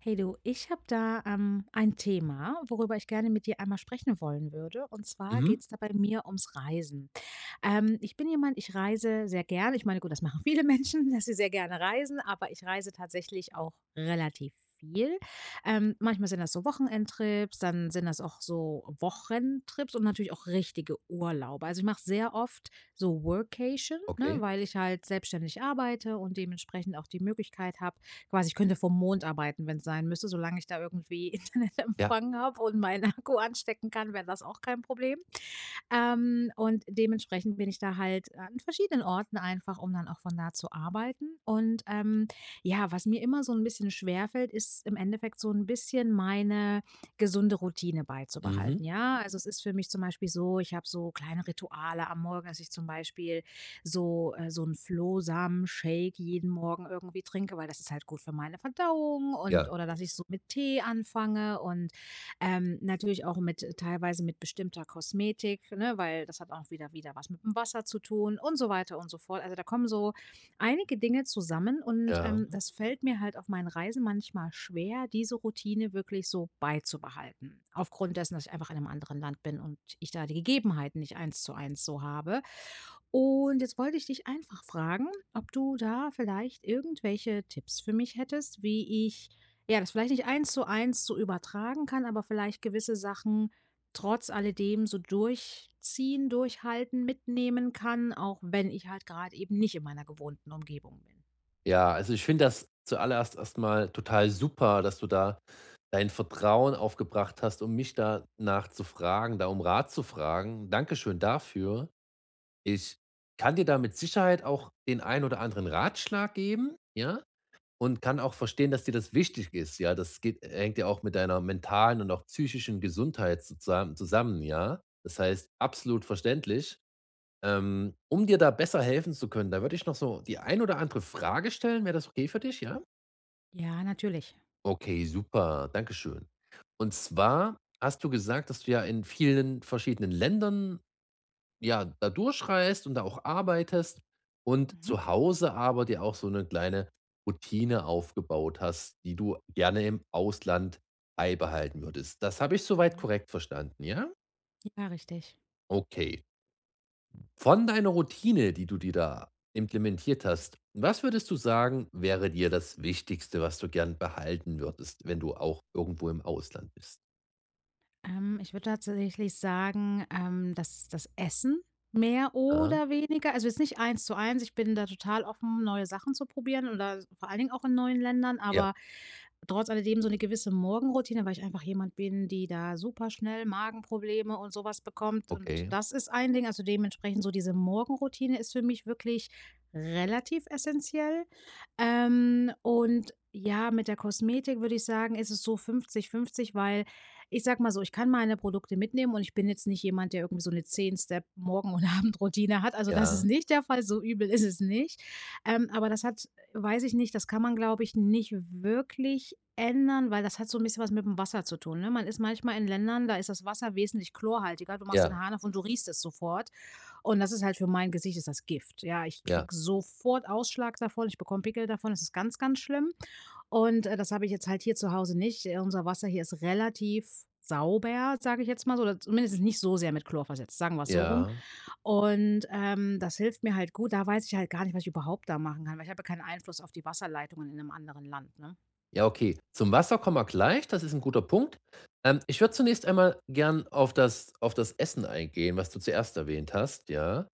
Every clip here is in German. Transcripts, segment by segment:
Hey du, ich habe da ein Thema, worüber ich gerne mit dir einmal sprechen wollen würde. Und zwar geht Mhm. es da bei mir ums Reisen. Ich bin jemand, ich reise sehr gerne. Ich meine, gut, das machen viele Menschen, dass sie sehr gerne reisen, aber ich reise tatsächlich auch relativ viel. Manchmal sind das so Wochenendtrips, dann sind das auch so Wochentrips und natürlich auch richtige Urlaube. Also ich mache sehr oft so Workation, ne, Okay. weil ich halt selbstständig arbeite und dementsprechend auch die Möglichkeit habe, quasi ich könnte vom Mond arbeiten, wenn es sein müsste, solange ich da irgendwie Ja. Internetempfang habe und meinen Akku anstecken kann, wäre das auch kein Problem. Und dementsprechend bin ich da halt an verschiedenen Orten einfach, um dann auch von da zu arbeiten. Und ja, was mir immer so ein bisschen schwerfällt, ist im Endeffekt so ein bisschen meine gesunde Routine Mhm. beizubehalten, ja? Also, es ist für mich zum Beispiel so, ich habe so kleine Rituale am Morgen, dass ich zum Beispiel so so flohsamen Shake jeden Morgen irgendwie trinke, weil das ist halt gut für meine Verdauung und Ja. oder dass ich so mit Tee anfange und natürlich auch mit teilweise mit bestimmter Kosmetik, ne, weil das hat auch wieder was mit dem Wasser zu tun und so weiter und so fort. Also, da kommen so einige Dinge zusammen und, Ja. Das fällt mir halt auf meinen Reisen manchmal schwer, diese Routine wirklich so beizubehalten. Aufgrund dessen, dass ich einfach in einem anderen Land bin und ich da die Gegebenheiten nicht eins zu eins so habe. Und jetzt wollte ich dich einfach fragen, ob du da vielleicht irgendwelche Tipps für mich hättest, wie ich ja, das vielleicht nicht eins zu eins so übertragen kann, aber vielleicht gewisse Sachen trotz alledem so durchziehen, durchhalten, mitnehmen kann, auch wenn ich halt gerade eben nicht in meiner gewohnten Umgebung bin. Ja, also ich finde das zuallererst erstmal total super, dass du da dein Vertrauen aufgebracht hast, um mich danach zu fragen, da um Rat zu fragen. Dankeschön dafür. Ich kann dir da mit Sicherheit auch den einen oder anderen Ratschlag geben, ja? Und kann auch verstehen, dass dir das wichtig ist, ja? Das geht hängt ja auch mit deiner mentalen und auch psychischen Gesundheit zusammen, ja? Das heißt, absolut verständlich. Um dir da besser helfen zu können, da würde ich noch so die ein oder andere Frage stellen. Wäre das okay für dich, ja? Ja, natürlich. Okay, super, danke schön. Und zwar hast du gesagt, dass du ja in vielen verschiedenen Ländern ja da durchreist und da auch arbeitest und Mhm. zu Hause aber dir auch so eine kleine Routine aufgebaut hast, die du gerne im Ausland beibehalten würdest. Das habe ich soweit Mhm. korrekt verstanden, ja? Ja, richtig. Okay. Von deiner Routine, die du dir da implementiert hast, was würdest du sagen, wäre dir das Wichtigste, was du gern behalten würdest, wenn du auch irgendwo im Ausland bist? Ich würde tatsächlich sagen, das Essen mehr Ah, oder weniger. Also, jetzt nicht eins zu eins. Ich bin da total offen, neue Sachen zu probieren oder vor allen Dingen auch in neuen Ländern, ja, aber trotz alledem so eine gewisse Morgenroutine, weil ich einfach jemand bin, die da super schnell Magenprobleme und sowas bekommt und okay. das ist ein Ding. Also, dementsprechend so diese Morgenroutine ist für mich wirklich relativ essentiell. Und ja, mit der Kosmetik würde ich sagen, ist es so 50-50, weil ich sag mal so, ich kann meine Produkte mitnehmen und ich bin jetzt nicht jemand, der irgendwie so eine 10 Step-Morgen und Abendroutine hat. Also, das ist Ja, nicht der Fall, so übel ist es nicht. Aber das hat weiß ich nicht, das kann man, glaube ich, nicht wirklich ändern, weil das hat so ein bisschen was mit dem Wasser zu tun, ne? Man ist manchmal in Ländern, da ist das Wasser wesentlich chlorhaltiger. Du machst den ja, Hahn auf und du riechst es sofort. Und das ist halt für mein Gesicht ist das Gift. Ja, ich ja, krieg sofort Ausschlag davon, ich bekomme Pickel davon, das ist ganz, ganz schlimm. Und, das habe ich jetzt halt hier zu Hause nicht. Unser Wasser hier ist relativ sauber, sage ich jetzt mal so, oder zumindest nicht so sehr mit Chlor versetzt, sagen wir es so rum. ja. Und, das hilft mir halt gut. Da weiß ich halt gar nicht, was ich überhaupt da machen kann, weil ich habe ja keinen Einfluss auf die Wasserleitungen in einem anderen Land, ne? Ja, okay. Zum Wasser kommen wir gleich, das ist ein guter Punkt. Ich würde zunächst einmal gern auf das Essen eingehen, was du zuerst erwähnt hast, ja.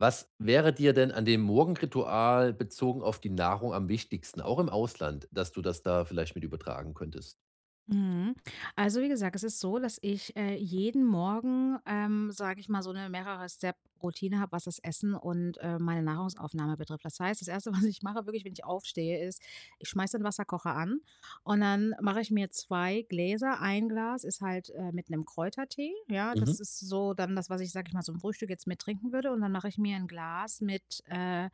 Was wäre dir denn an dem Morgenritual bezogen auf die Nahrung am wichtigsten, auch im Ausland, dass du das da vielleicht mit übertragen könntest? Mhm. Also, wie gesagt, es ist so, dass ich, jeden Morgen, sage ich mal, so eine mehrere Step-Routine habe, was das Essen und, meine Nahrungsaufnahme betrifft. Das heißt, das erste, was ich mache, wirklich, wenn ich aufstehe, ist, ich schmeiße den Wasserkocher an und dann mache ich mir 2 Gläser. Ein Glas ist halt, mit einem Kräutertee, ja? Mhm. Das ist so dann das, was ich, sage ich mal, zum Frühstück jetzt mit trinken würde und dann mache ich mir ein Glas äh,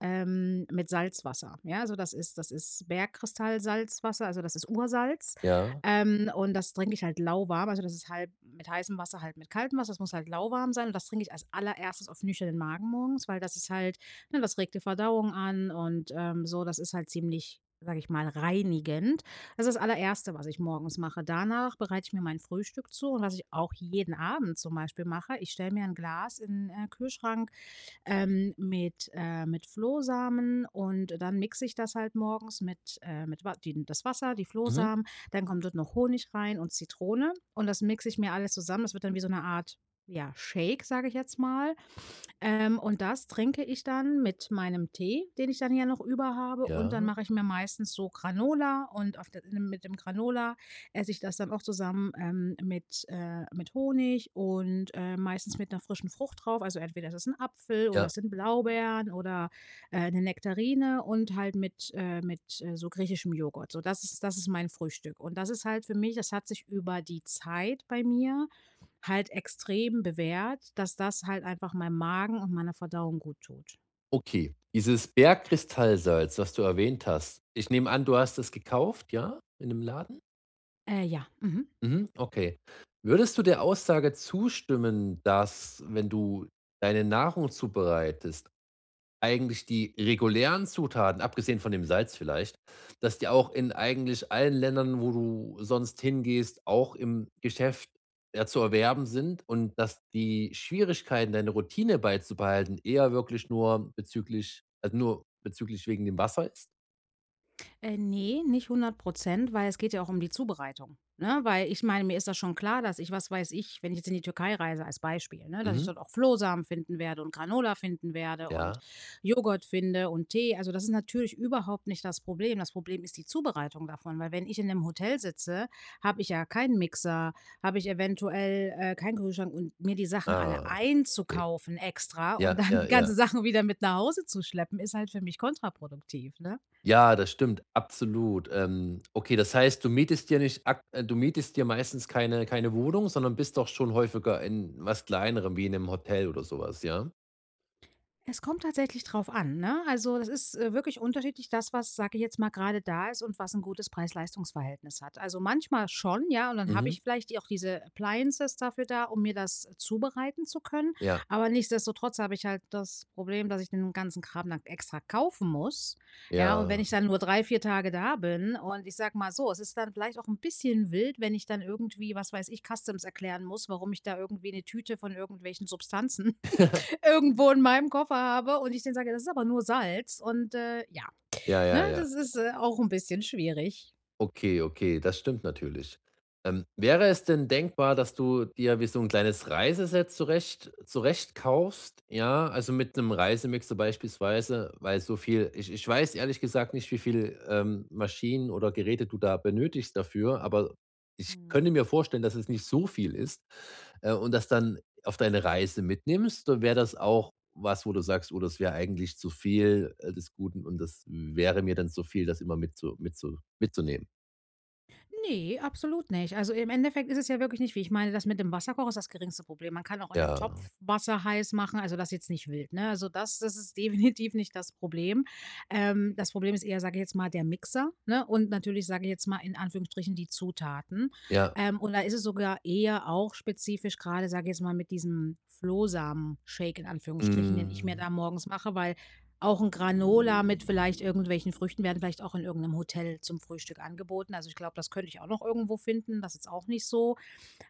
ähm mit Salzwasser, ja? Also, das ist Bergkristall-Salzwasser, also, das ist Ursalz. Ja. Und das trinke ich halt lauwarm. Also, das ist halb mit heißem Wasser, halb mit kaltem Wasser. Das muss halt lauwarm sein. Und das trinke ich als allererstes auf nüchternen Magen morgens, weil das ist halt ne, das regt die Verdauung an und, so. Das ist halt ziemlich, sage ich mal, reinigend. Das ist das Allererste, was ich morgens mache. Danach bereite ich mir mein Frühstück zu und was ich auch jeden Abend zum Beispiel mache, ich stelle mir ein Glas in, den Kühlschrank mit Flohsamen und dann mixe ich das halt morgens mit Wa die das Wasser, die Mhm. Flohsamen, dann kommt dort noch Honig rein und Zitrone und das mixe ich mir alles zusammen. Das wird dann wie so eine Art, ja, Shake, sage ich jetzt mal. Und das trinke ich dann mit meinem Tee, den ich dann ja noch über habe und dann Ja. mache ich mir meistens so Granola und auf der mit dem Granola esse ich das dann auch zusammen, mit Honig und, meistens mit einer frischen Frucht drauf. Also, entweder ist es ein Apfel oder Ja. es sind Blaubeeren oder, 'ne Nektarine und halt mit, so griechischem Joghurt. So, das ist mein Frühstück. Und das ist halt für mich das hat sich über die Zeit bei mir halt extrem bewährt, dass das halt einfach meinem Magen und meiner Verdauung gut tut. Okay. Dieses Bergkristallsalz, was du erwähnt hast, ich nehme an, du hast es gekauft, ja, in einem Laden? Ja, mhm. Mhm, okay. Würdest du der Aussage zustimmen, dass, wenn du deine Nahrung zubereitest, eigentlich die regulären Zutaten, abgesehen von dem Salz vielleicht, dass die auch in eigentlich allen Ländern, wo du sonst hingehst, auch im Geschäft ja, zu erwerben sind und dass die Schwierigkeiten, deine Routine beizubehalten, eher wirklich nur bezüglich wegen dem Wasser ist? Ne, nicht 100%, weil es geht ja auch um die Zubereitung, ne? Weil ich meine, mir ist das schon klar, dass ich, was weiß ich, wenn ich jetzt in die Türkei reise als Beispiel, ne, dass ich Mhm. dort auch Flohsamen finden werde und Granola finden werde und Ja. Joghurt finde und Tee. Also, das ist natürlich überhaupt nicht das Problem. Das Problem ist die Zubereitung davon, weil wenn ich in 'nem Hotel sitze, habe ich ja keinen Mixer, habe ich eventuell, keinen Kühlschrank und mir die Sachen alle Ah, okay. einzukaufen extra und Ja, dann die ja, ja. ganzen Sachen wieder mit nach Hause zu schleppen, ist halt für mich kontraproduktiv, ne? Ja, das stimmt, absolut. Okay, das heißt, du mietest dir meistens keine Wohnung, sondern bist doch schon häufiger in was Kleinerem, wie in einem Hotel oder sowas, ja? Es kommt tatsächlich drauf an, ne? Also, das ist, wirklich unterschiedlich das, was, sage ich jetzt mal, gerade da ist und was ein gutes Preis-Leistungs-Verhältnis hat. Also, manchmal schon, ja, und dann habe Mhm. ich vielleicht die auch diese Appliances dafür da, um mir das zubereiten zu können. Ja, Aber nichtsdestotrotz habe ich halt das Problem, dass ich den ganzen Kram dann extra kaufen muss, ja? Und wenn ja. ich dann nur 3 4 Tage da bin und ich sage mal so, es ist dann vielleicht auch ein bisschen wild, wenn ich dann irgendwie, was weiß ich, Customs erklären muss, warum ich da irgendwie eine Tüte von irgendwelchen Substanzen irgendwo in meinem Koffer habe und ich denen sage: „Das ist aber nur Salz“ und, ja, Ja, ne, ja, ja. das ist, auch ein bisschen schwierig. Okay, okay, das stimmt natürlich. Wäre es denn denkbar, dass du dir wie so ein kleines Reiseset zurecht kaufst? Ja, also, mit 'nem Reisemixer beispielsweise, weil so viel ich weiß ehrlich gesagt nicht, wie viel, Maschinen oder Geräte du da benötigst dafür, aber ich könnte Mhm. mir vorstellen, dass es nicht so viel ist, und das dann auf deine Reise mitnimmst. Dann wäre das auch was, wo du sagst: „Oh, das wäre eigentlich zu viel, des Guten und das wäre mir dann zu viel, das immer mitzunehmen?“ Nee absolut nicht. Also, im Endeffekt ist es ja wirklich nicht wie ich meine, das mit dem Wasserkocher ist das geringste Problem. Man kann auch in Ja, einem Topf Wasser heiß machen, also, das jetzt nicht wild, ne? Also, das ist definitiv nicht das Problem. Das Problem ist eher, sage ich jetzt mal, der Mixer, ne, und natürlich, sage ich jetzt mal, in Anführungsstrichen die Zutaten. ja, Und da ist es sogar eher auch spezifisch gerade sage ich jetzt mal, mit diesem Flohsamen Shake in Anführungsstrichen, den ich mir mhm, da morgens mache, weil auch 'n Granola mit vielleicht irgendwelchen Früchten werden vielleicht auch in irgend 'nem Hotel zum Frühstück angeboten. Also, ich glaube, das könnte ich auch noch irgendwo finden. Das ist auch nicht so,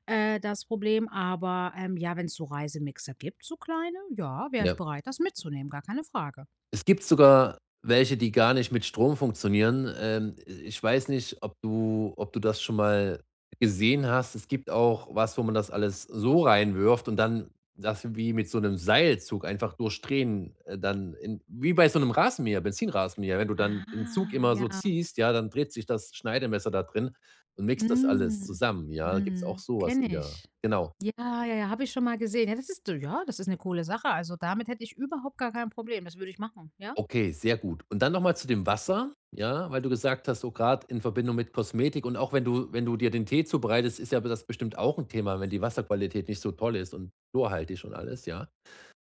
das Problem. Aber, ja, wenn's so Reisemixer gibt, so kleine, ja, wäre ich ja. bereit, das mitzunehmen, gar keine Frage. Es gibt sogar welche, die gar nicht mit Strom funktionieren. Ich weiß nicht, ob du das schon mal gesehen hast. Es gibt auch was, wo man das alles so reinwirft und dann das wie mit so einem Seilzug einfach durchdrehen, dann in wie bei so einem Rasenmäher, Benzinrasenmäher. Wenn du dann den Zug Ah, immer ja. so ziehst, ja, dann dreht sich das Schneidemesser da drin und mixt das alles Mhm. zusammen, ja? Gibt's auch Mhm. sowas in Kenne der ich. genau. Ja, ja, ja, habe ich schon mal gesehen. Ja, das ist 'ne coole Sache. Also, damit hätte ich überhaupt gar kein Problem. Das würde ich machen, ja? Okay, sehr gut. Und dann nochmal zu dem Wasser, ja, weil du gesagt hast, oh, gerade in Verbindung mit Kosmetik und auch wenn du dir den Tee zubereitest, ist ja das bestimmt auch ein Thema, wenn die Wasserqualität nicht so toll ist und chlorhaltig und alles, ja.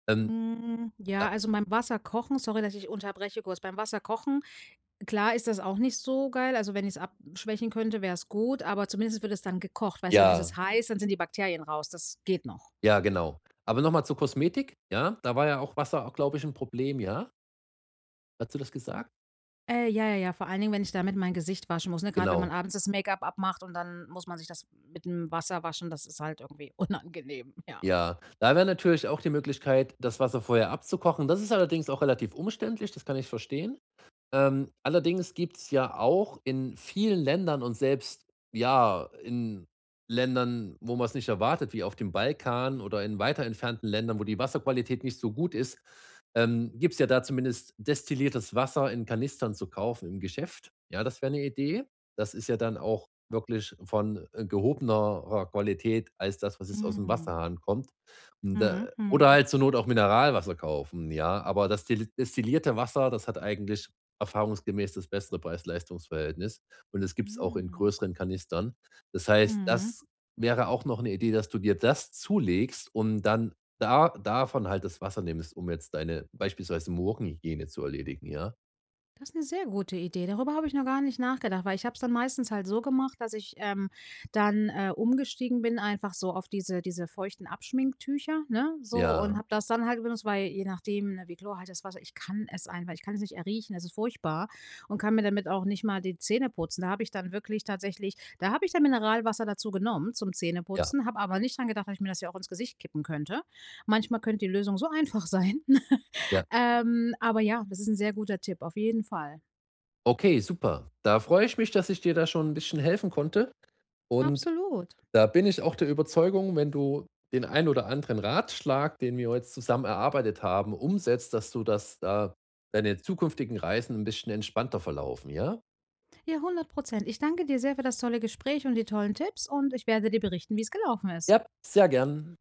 Ähm, Hm, da ja, also, beim Wasserkochen sorry, dass ich unterbreche kurz. Beim Wasserkochen klar ist das auch nicht so geil. Also, wenn ich es abschwächen könnte, wäre es gut, aber zumindest wird es dann gekocht. Weißt du, dann ist es Ja, heiß, dann sind die Bakterien raus. Das geht noch. ja, genau. Aber nochmal mal zur Kosmetik, ja? Da war ja auch Wasser, glaube ich, ein Problem, ja? Hast du das gesagt? Ja, ja, ja, vor allen Dingen, wenn ich damit mein Gesicht waschen muss, ne? Gerade wenn man Genau, abends das Make-up abmacht und dann muss man sich das mit dem Wasser waschen, das ist halt irgendwie unangenehm, ja. ja. Da wäre natürlich auch die Möglichkeit, das Wasser vorher abzukochen. Das ist allerdings auch relativ umständlich, das kann ich verstehen. Allerdings gibt es ja auch in vielen Ländern und selbst, ja, in Ländern, wo man es nicht erwartet, wie auf dem Balkan oder in weiter entfernten Ländern, wo die Wasserqualität nicht so gut ist, gibt es ja da zumindest destilliertes Wasser in Kanistern zu kaufen im Geschäft. Ja, das wäre eine Idee. Das ist ja dann auch wirklich von, gehobenerer Qualität als das, was jetzt aus dem Mhm. Wasserhahn kommt. Und Mhm. da oder Mhm. halt zur Not auch Mineralwasser kaufen, ja. Aber das destillierte Wasser, das hat eigentlich erfahrungsgemäß das bessere Preis-Leistungs-Verhältnis und das gibt's auch in Mhm. größeren Kanistern. Das heißt, Mhm. das wäre auch noch 'ne Idee, dass du dir das zulegst und dann da davon halt das Wasser nimmst, um jetzt deine beispielsweise Morgenhygiene zu erledigen, ja? Das ist eine sehr gute Idee. Darüber habe ich noch gar nicht nachgedacht, weil ich habe es dann meistens halt so gemacht, dass ich, dann, umgestiegen bin einfach so auf diese feuchten Abschminktücher, ne, so und Ja, habe das dann halt benutzt, weil je nachdem, ne, wie chlorhaltig das Wasser ich kann es einfach ich kann es nicht erriechen, es ist furchtbar und kann mir damit auch nicht mal die Zähne putzen. Da habe ich dann wirklich tatsächlich da habe ich dann Mineralwasser dazu genommen zum ja, Zähneputzen, habe aber nicht dran gedacht, dass ich mir das ja auch ins Gesicht kippen könnte. Manchmal könnte die Lösung so einfach sein. ja. Aber ja, das ist ein sehr guter Tipp, auf jeden Fall. Okay, super. Da freue ich mich, dass ich dir da schon 'n bisschen helfen konnte und. Absolut. Da bin ich auch der Überzeugung, wenn du den ein oder anderen Ratschlag, den wir jetzt zusammen erarbeitet haben, umsetzt, dass du das da deine zukünftigen Reisen ein bisschen entspannter verlaufen, ja? Ja, 100%. Ich danke dir sehr für das tolle Gespräch und die tollen Tipps und ich werde dir berichten, wie es gelaufen ist. Ja. Sehr gern.